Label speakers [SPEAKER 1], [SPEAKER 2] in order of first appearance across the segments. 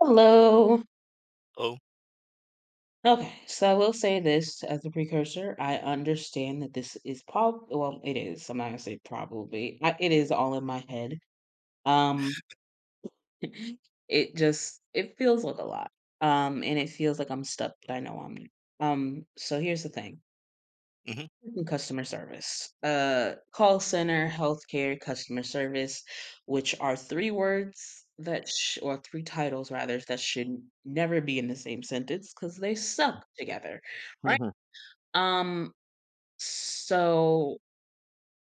[SPEAKER 1] Hello.
[SPEAKER 2] Oh,
[SPEAKER 1] Okay, so I will say this as a precursor. I understand that this is prob well, it is. I'm not gonna say probably. It is all in my head. Um, it just it feels like a lot. And it feels like I'm stuck, but I know I'm not. So here's the thing.
[SPEAKER 2] mhm,
[SPEAKER 1] In customer service. Call center, healthcare, customer service, which are three words that, or three titles rather, that should never be in the same sentence because they suck together, right?
[SPEAKER 2] mhm,
[SPEAKER 1] Um, so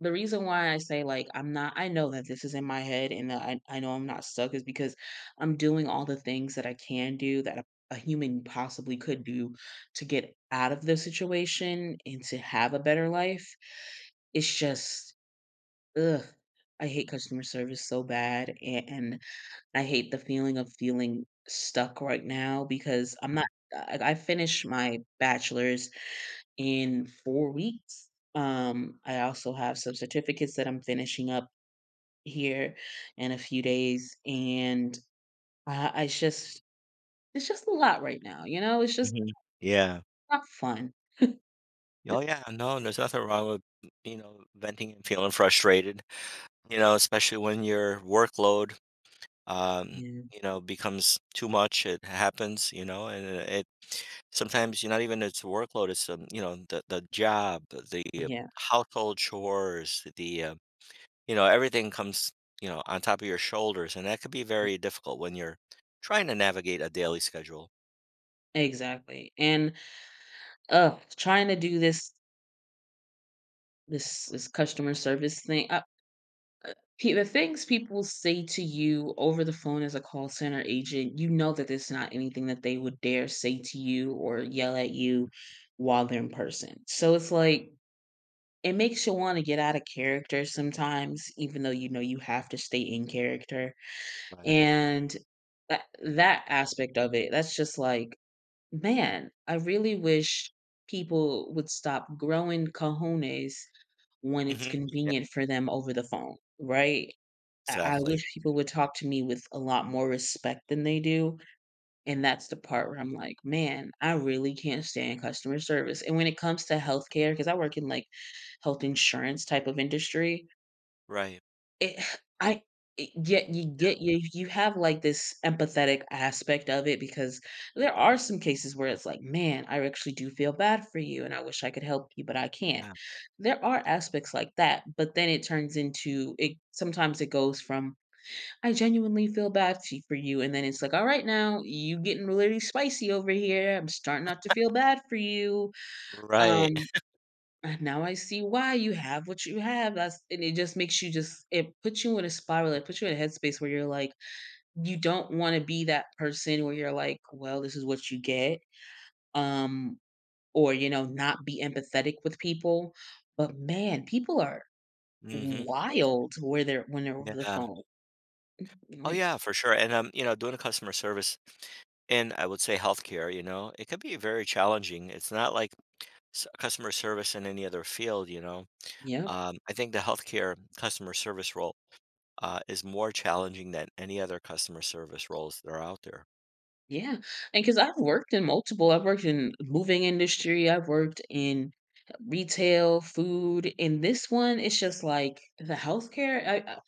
[SPEAKER 1] the reason why I say, like, I'm not I know that this is in my head and that I know I'm not stuck is because I'm doing all the things that I can do that a human possibly could do to get out of the situation and to have a better life. It's just, ugh, I hate customer service so bad, a and I hate the feeling of feeling stuck right now because I'm
[SPEAKER 2] mhm,
[SPEAKER 1] not I I finished my bachelor's in 4 weeks. I also have some certificates that I'm finishing up here in a few days, and I it's just a lot right now, you know? It's just
[SPEAKER 2] mhm. Yeah.
[SPEAKER 1] not fun.
[SPEAKER 2] Oh, yeah, no, there's nothing wrong with, venting and feeling frustrated, especially when your workload, um,
[SPEAKER 1] Yeah,
[SPEAKER 2] becomes too much. It happens, and it sometimes you're not even it's workload, it's, the job, the
[SPEAKER 1] yeah,
[SPEAKER 2] household chores, the, everything comes, on top of your shoulders, and that could be very difficult when you're trying to navigate a daily schedule.
[SPEAKER 1] exactly, and, trying to do this this customer service thing, pe the things people say to you over the phone as a call center agent, you know that there's not anything that they would dare say to you or yell at you while they're in person. So it's like it makes you wanna get out of character sometimes, even though you know you have to stay in character,
[SPEAKER 2] Right.
[SPEAKER 1] and that aspect of it, that's just like, "Man, I really wish people would stop growing cojones when it's
[SPEAKER 2] Mhm. Yeah,
[SPEAKER 1] convenient for them over the phone," right? I
[SPEAKER 2] exactly.
[SPEAKER 1] wish people would talk to me with a lot more respect than they do, and that's the part where I'm like, "Man, I really can't stand customer service." And when it comes to healthcare, because I work in, like, health insurance type of industry,
[SPEAKER 2] Right.
[SPEAKER 1] it I it
[SPEAKER 2] Yeah.
[SPEAKER 1] get you you have, like, this empathetic aspect of it because there are some cases where it's like, "Man, I actually do feel bad for you, and I wish I could help you, but I can't."
[SPEAKER 2] Yeah.
[SPEAKER 1] There are aspects like that, but then it turns into it sometimes it goes from I genuinely feel bad for you, and then it's like, "All right now, you getting really spicy over here, I'm starting not to feel bad for you,
[SPEAKER 2] Right.
[SPEAKER 1] um, and now I see why you have what you have," that's and it just makes you just it puts you in a spiral, it puts you in a headspace where you're like, you don't wanna be that person where you're like, "Well, this is what you get," um, or, you know, not be empathetic with people, but man, people are
[SPEAKER 2] Mhm.
[SPEAKER 1] wild where they're when they're over the
[SPEAKER 2] Yeah.
[SPEAKER 1] phone, I'm
[SPEAKER 2] Oh,
[SPEAKER 1] like,
[SPEAKER 2] yeah, for sure, and, doing customer service in, I would say, healthcare, it could be very challenging. It's not like s customer service in any other field, you know?
[SPEAKER 1] yeah.
[SPEAKER 2] I think the healthcare customer service role, is more challenging than any other customer service roles that are out there.
[SPEAKER 1] Yeah, and because I've worked in multiple, I've worked in moving industry, I've worked in retail, food, and this one, it's just like the healthcare. I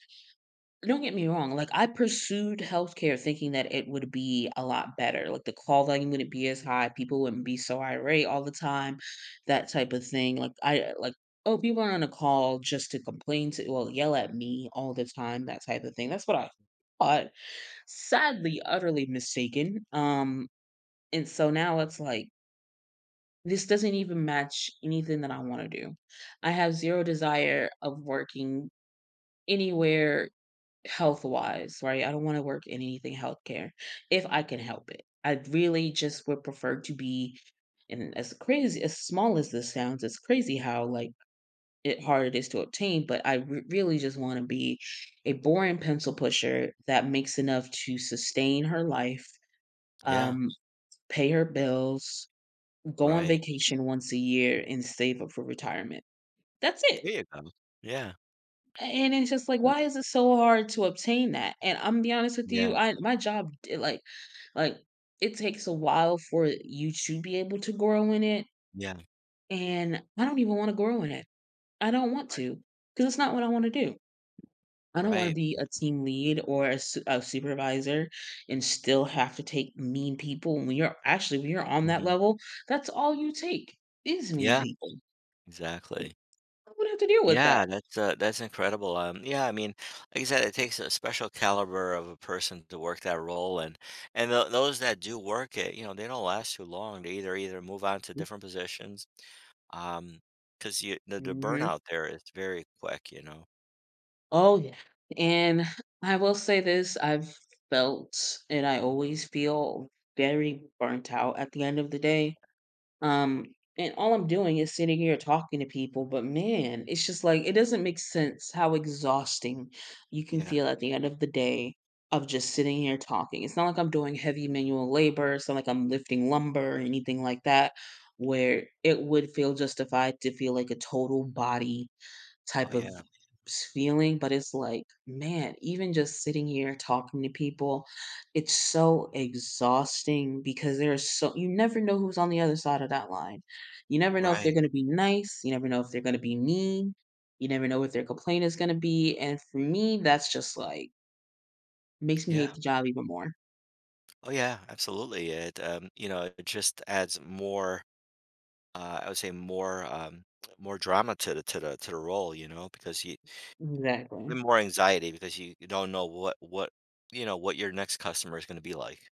[SPEAKER 1] don't get me wrong, like I pursued healthcare thinking that it would be a lot better, like the call volume wouldn't be as high, people wouldn't be so irate all the time, that type of thing. Like I like. Oh, people are on a call just to complain to, well, yell at me all the time, that type of thing. That's what I thought. Sadly utterly mistaken. And so now it's like, this doesn't even match anything that I wanna do. I have 0 desire of working anywhere health-wise, right? I don't wanna work in anything healthcare if I can help it. I really just would prefer to be, and as crazy as small as this sounds, it's crazy how, like, it hard it is to obtain, but I re really just wanna be a boring pencil pusher that makes enough to sustain her life,
[SPEAKER 2] Yeah.
[SPEAKER 1] um, pay her bills, go on
[SPEAKER 2] Right.
[SPEAKER 1] vacation once a year and save up for retirement. That's it.
[SPEAKER 2] There you go. Yeah.
[SPEAKER 1] And it's just like, why is it so hard to obtain that? And I'm gonna be honest with
[SPEAKER 2] Yeah.
[SPEAKER 1] you, I my job d like, it takes a while for you to be able to grow in it,
[SPEAKER 2] Yeah.
[SPEAKER 1] and I don't even wanna grow in it. I don't want
[SPEAKER 2] Right.
[SPEAKER 1] to, because it's not what I wanna do. I don't wanna
[SPEAKER 2] Right.
[SPEAKER 1] be a team lead or a su a supervisor and still have to take mean people. When you're on that
[SPEAKER 2] Mhm.
[SPEAKER 1] level, that's all you take is mean
[SPEAKER 2] Yeah.
[SPEAKER 1] people.
[SPEAKER 2] Exactly.
[SPEAKER 1] I would have to deal with
[SPEAKER 2] Yeah,
[SPEAKER 1] that.
[SPEAKER 2] that's incredible, yeah, I mean, like I said, it takes a special caliber of a person to work that role, and those that do work it, they don't last too long. They either move on to different positions, um, because you the
[SPEAKER 1] Mhm.
[SPEAKER 2] burnout there is very quick, you know?
[SPEAKER 1] Oh, yeah. And I will say this, I've felt, and I always feel very burnt out at the end of the day. Um, and all I'm doing is sitting here talking to people, but man, it's just like it doesn't make sense how exhausting you can
[SPEAKER 2] Yeah.
[SPEAKER 1] feel at the end of the day of just sitting here talking. It's not like I'm doing heavy manual labor, it's not like I'm lifting lumber or anything like that, where it would feel justified to feel like a total body
[SPEAKER 2] Oh,
[SPEAKER 1] type of
[SPEAKER 2] yeah.
[SPEAKER 1] s feeling, but it's like, man, even just sitting here talking to people, it's so exhausting because there's you never know who's on the other side of that line. You never know if they're
[SPEAKER 2] Right.
[SPEAKER 1] gonna be nice, you never know if they're gonna be mean, you never know what their complaint is gonna be, and for me, that's just like makes me
[SPEAKER 2] Yeah.
[SPEAKER 1] hate the job even more.
[SPEAKER 2] Oh, yeah, absolutely. It just adds more, I would say more, more drama to the role, you know, because you and
[SPEAKER 1] Exactly.
[SPEAKER 2] more anxiety because you don't know what what your next customer is gonna be like.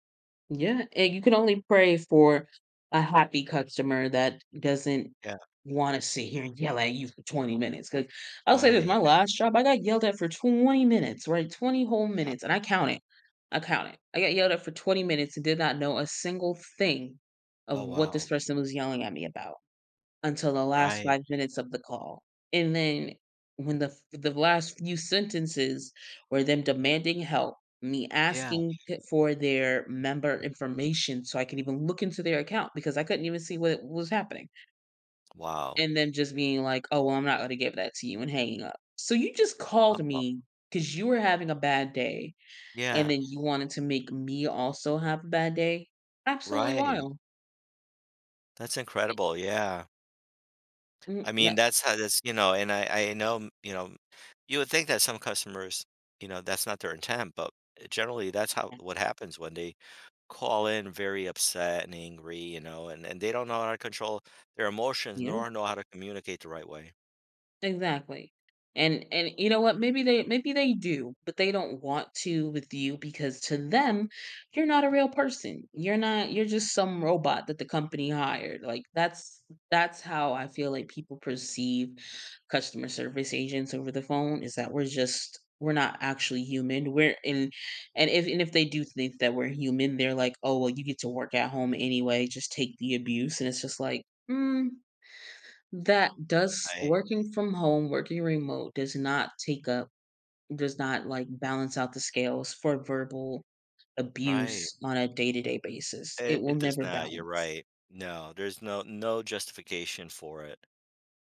[SPEAKER 1] Yeah, and you can only pray for a happy customer that doesn't
[SPEAKER 2] Yeah,
[SPEAKER 1] wanna sit here and yell at you for 20 minutes. Because 'cause I'll say this,
[SPEAKER 2] right.
[SPEAKER 1] my last job, I got yelled at for 20 minutes, right? 20 whole minutes, and I counted. I counted. I got yelled at for 20 minutes and did not know a single thing
[SPEAKER 2] Oh,
[SPEAKER 1] of what
[SPEAKER 2] wow.
[SPEAKER 1] this person was yelling at me about until the last
[SPEAKER 2] Right.
[SPEAKER 1] 5 minutes of the call, and then when the f the last few sentences were them demanding help, me
[SPEAKER 2] Yeah.
[SPEAKER 1] asking t for their member information so I could even look into their account because I couldn't even see what was happening,
[SPEAKER 2] Wow.
[SPEAKER 1] and then just being like, "Oh, well, I'm not gonna give that to you," and hanging up. So you just
[SPEAKER 2] Oh,
[SPEAKER 1] called
[SPEAKER 2] wow.
[SPEAKER 1] me because you were having a bad day, and
[SPEAKER 2] Yeah.
[SPEAKER 1] then you wanted to make me also have a bad day? Absolutely
[SPEAKER 2] Right.
[SPEAKER 1] wild.
[SPEAKER 2] That's
[SPEAKER 1] It
[SPEAKER 2] incredible, yeah. I
[SPEAKER 1] mm,
[SPEAKER 2] mean,
[SPEAKER 1] that
[SPEAKER 2] that's how that's and I know, m you would think that some customers, that's not their intent, but, generally, that's how what happens when they call in very upset and angry, and they don't know how to control their emotions
[SPEAKER 1] yeah.
[SPEAKER 2] nor know how to communicate the right way.
[SPEAKER 1] Exactly. And you know what? Maybe they do, but they don't want to with you because to them, you're not a real person. You're not you're just some robot that the company hired. Like that's how I feel like people perceive customer service agents over the phone is that we're not actually human. We're in and if they do think that we're human, they're like, "Oh, well, you get to work at home anyway. Just take the abuse." And it's just like, mm, that does
[SPEAKER 2] Right.
[SPEAKER 1] working from home, working remote does not take up, does not, like, balance out the scales for verbal
[SPEAKER 2] Right.
[SPEAKER 1] abuse on a day-to-day basis. It
[SPEAKER 2] It
[SPEAKER 1] will
[SPEAKER 2] it does
[SPEAKER 1] never
[SPEAKER 2] not, you're
[SPEAKER 1] balance.
[SPEAKER 2] right. No, there's no justification for it,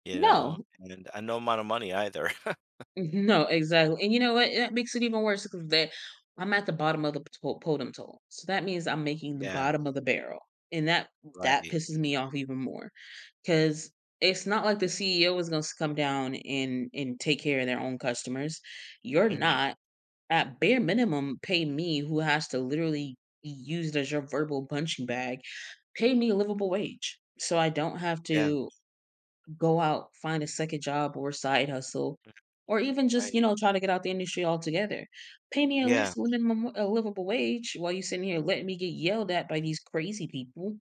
[SPEAKER 1] No.
[SPEAKER 2] and, no amount of money either.
[SPEAKER 1] No, exactly, and you know what? That makes it even worse because that I'm at the bottom of the po totem pole, so that means I'm making the
[SPEAKER 2] Yeah,
[SPEAKER 1] bottom of the barrel, and that
[SPEAKER 2] right.
[SPEAKER 1] pisses me off even more, because it's not like the CEO is gonna come down and take care of their own customers. You're
[SPEAKER 2] Mhm,
[SPEAKER 1] not, at bare minimum, pay me who has to literally be used as your verbal punching bag, pay me a livable wage so I don't have
[SPEAKER 2] yeah,
[SPEAKER 1] to go out, find a second job or side hustle, or even just, you
[SPEAKER 2] right.
[SPEAKER 1] know, try to get out the industry altogether. Pay me at
[SPEAKER 2] Yeah,
[SPEAKER 1] least a livable wage while you sitting here letting me get yelled at by these crazy people.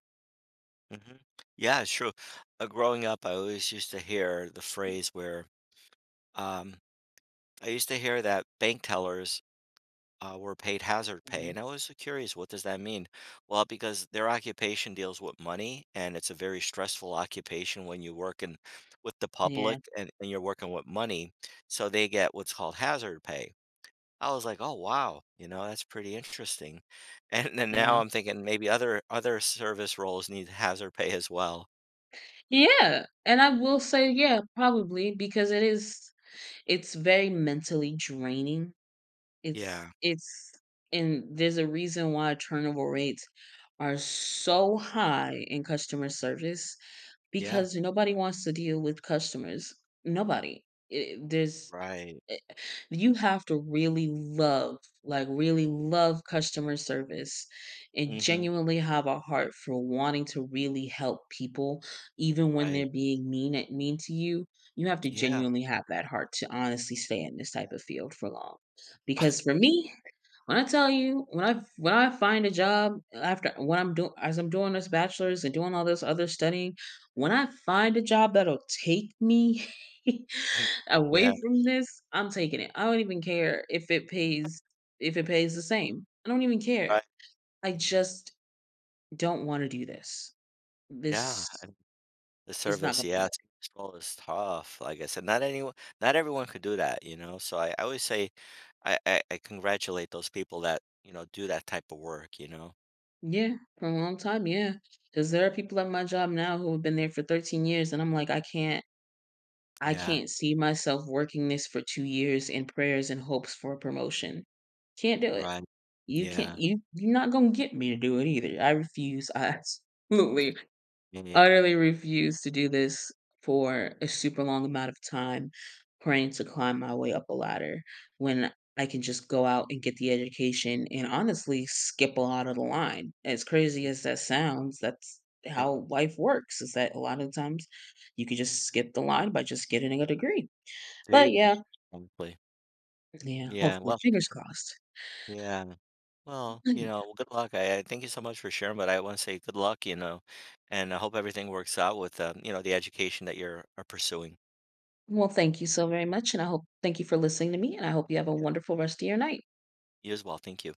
[SPEAKER 2] mhm. Yeah, it's true. Growing up, I always used to hear the phrase where, um I used to hear that bank tellers were paid hazard pay. And
[SPEAKER 1] Mhm.
[SPEAKER 2] I was so curious, what does that mean? Well, because their occupation deals with money, and it's a very stressful occupation when you work in with the public
[SPEAKER 1] Yeah,
[SPEAKER 2] and, you're working with money. So they get what's called hazard pay. I was like, oh wow, that's pretty interesting. And then now
[SPEAKER 1] yeah.
[SPEAKER 2] I'm thinking maybe other service roles need hazard pay as well.
[SPEAKER 1] Yeah, and I will say, yeah, probably because it is it's very mentally draining.
[SPEAKER 2] Yeah.
[SPEAKER 1] It's and there's a reason why turnover rates are so high in customer service
[SPEAKER 2] Yeah.
[SPEAKER 1] because nobody wants to deal with customers. Nobody. There's
[SPEAKER 2] Right.
[SPEAKER 1] you have to really love, like, really love customer service and
[SPEAKER 2] Hmm.
[SPEAKER 1] genuinely have a heart for wanting to really help people, even when
[SPEAKER 2] Right.
[SPEAKER 1] they're being mean to you. You have to
[SPEAKER 2] Yeah.
[SPEAKER 1] genuinely have that heart to honestly stay in this type of field for long. Because for me, when I tell you, when I find a job after when I'm doing as I'm doing this bachelor's and doing all this other studying, when I find a job that'll take me
[SPEAKER 2] Yeah.
[SPEAKER 1] away from this, I'm taking it. I don't even care if it pays the same. I don't even care.
[SPEAKER 2] Right.
[SPEAKER 1] I
[SPEAKER 2] Yeah.
[SPEAKER 1] just don't want to do this.
[SPEAKER 2] Yeah.
[SPEAKER 1] This is not gonna be my.
[SPEAKER 2] Yeah, it's this role is tough, like I said, not everyone could do that, so I always say I congratulate those people that, do that type of work, you know?
[SPEAKER 1] Yeah, for a long time, yeah. Because there are people at my job now who have been there for 13 years, and I'm like, I
[SPEAKER 2] Yeah,
[SPEAKER 1] can't see myself working this for 2 years in prayers and hopes for a promotion. Can't do it.
[SPEAKER 2] right,
[SPEAKER 1] You can't
[SPEAKER 2] yeah,
[SPEAKER 1] you you're not gonna get me to do it either. I refuse. I absolutely
[SPEAKER 2] yeah,
[SPEAKER 1] utterly refuse to do this for a super long amount of time, praying to climb my way up a ladder when I can just go out and get the education and honestly skip a lot of the line. As crazy as that sounds, that's
[SPEAKER 2] eh,
[SPEAKER 1] how life works is that a lot of times you can just skip the line by just getting a degree.
[SPEAKER 2] there you
[SPEAKER 1] But
[SPEAKER 2] go,
[SPEAKER 1] yeah,
[SPEAKER 2] probably.
[SPEAKER 1] yeah,
[SPEAKER 2] Yeah,
[SPEAKER 1] hopefully,
[SPEAKER 2] well
[SPEAKER 1] fingers crossed.
[SPEAKER 2] yeah, well,
[SPEAKER 1] Mm.
[SPEAKER 2] well, good luck, I thank you so much for sharing, but I wanna say good luck, and I hope everything works out with, the education that you're are pursuing.
[SPEAKER 1] Well, thank you so very much. And I hope, thank you for listening to me. And I hope you have a
[SPEAKER 2] Yeah,
[SPEAKER 1] wonderful rest of your night.
[SPEAKER 2] you as well, thank you.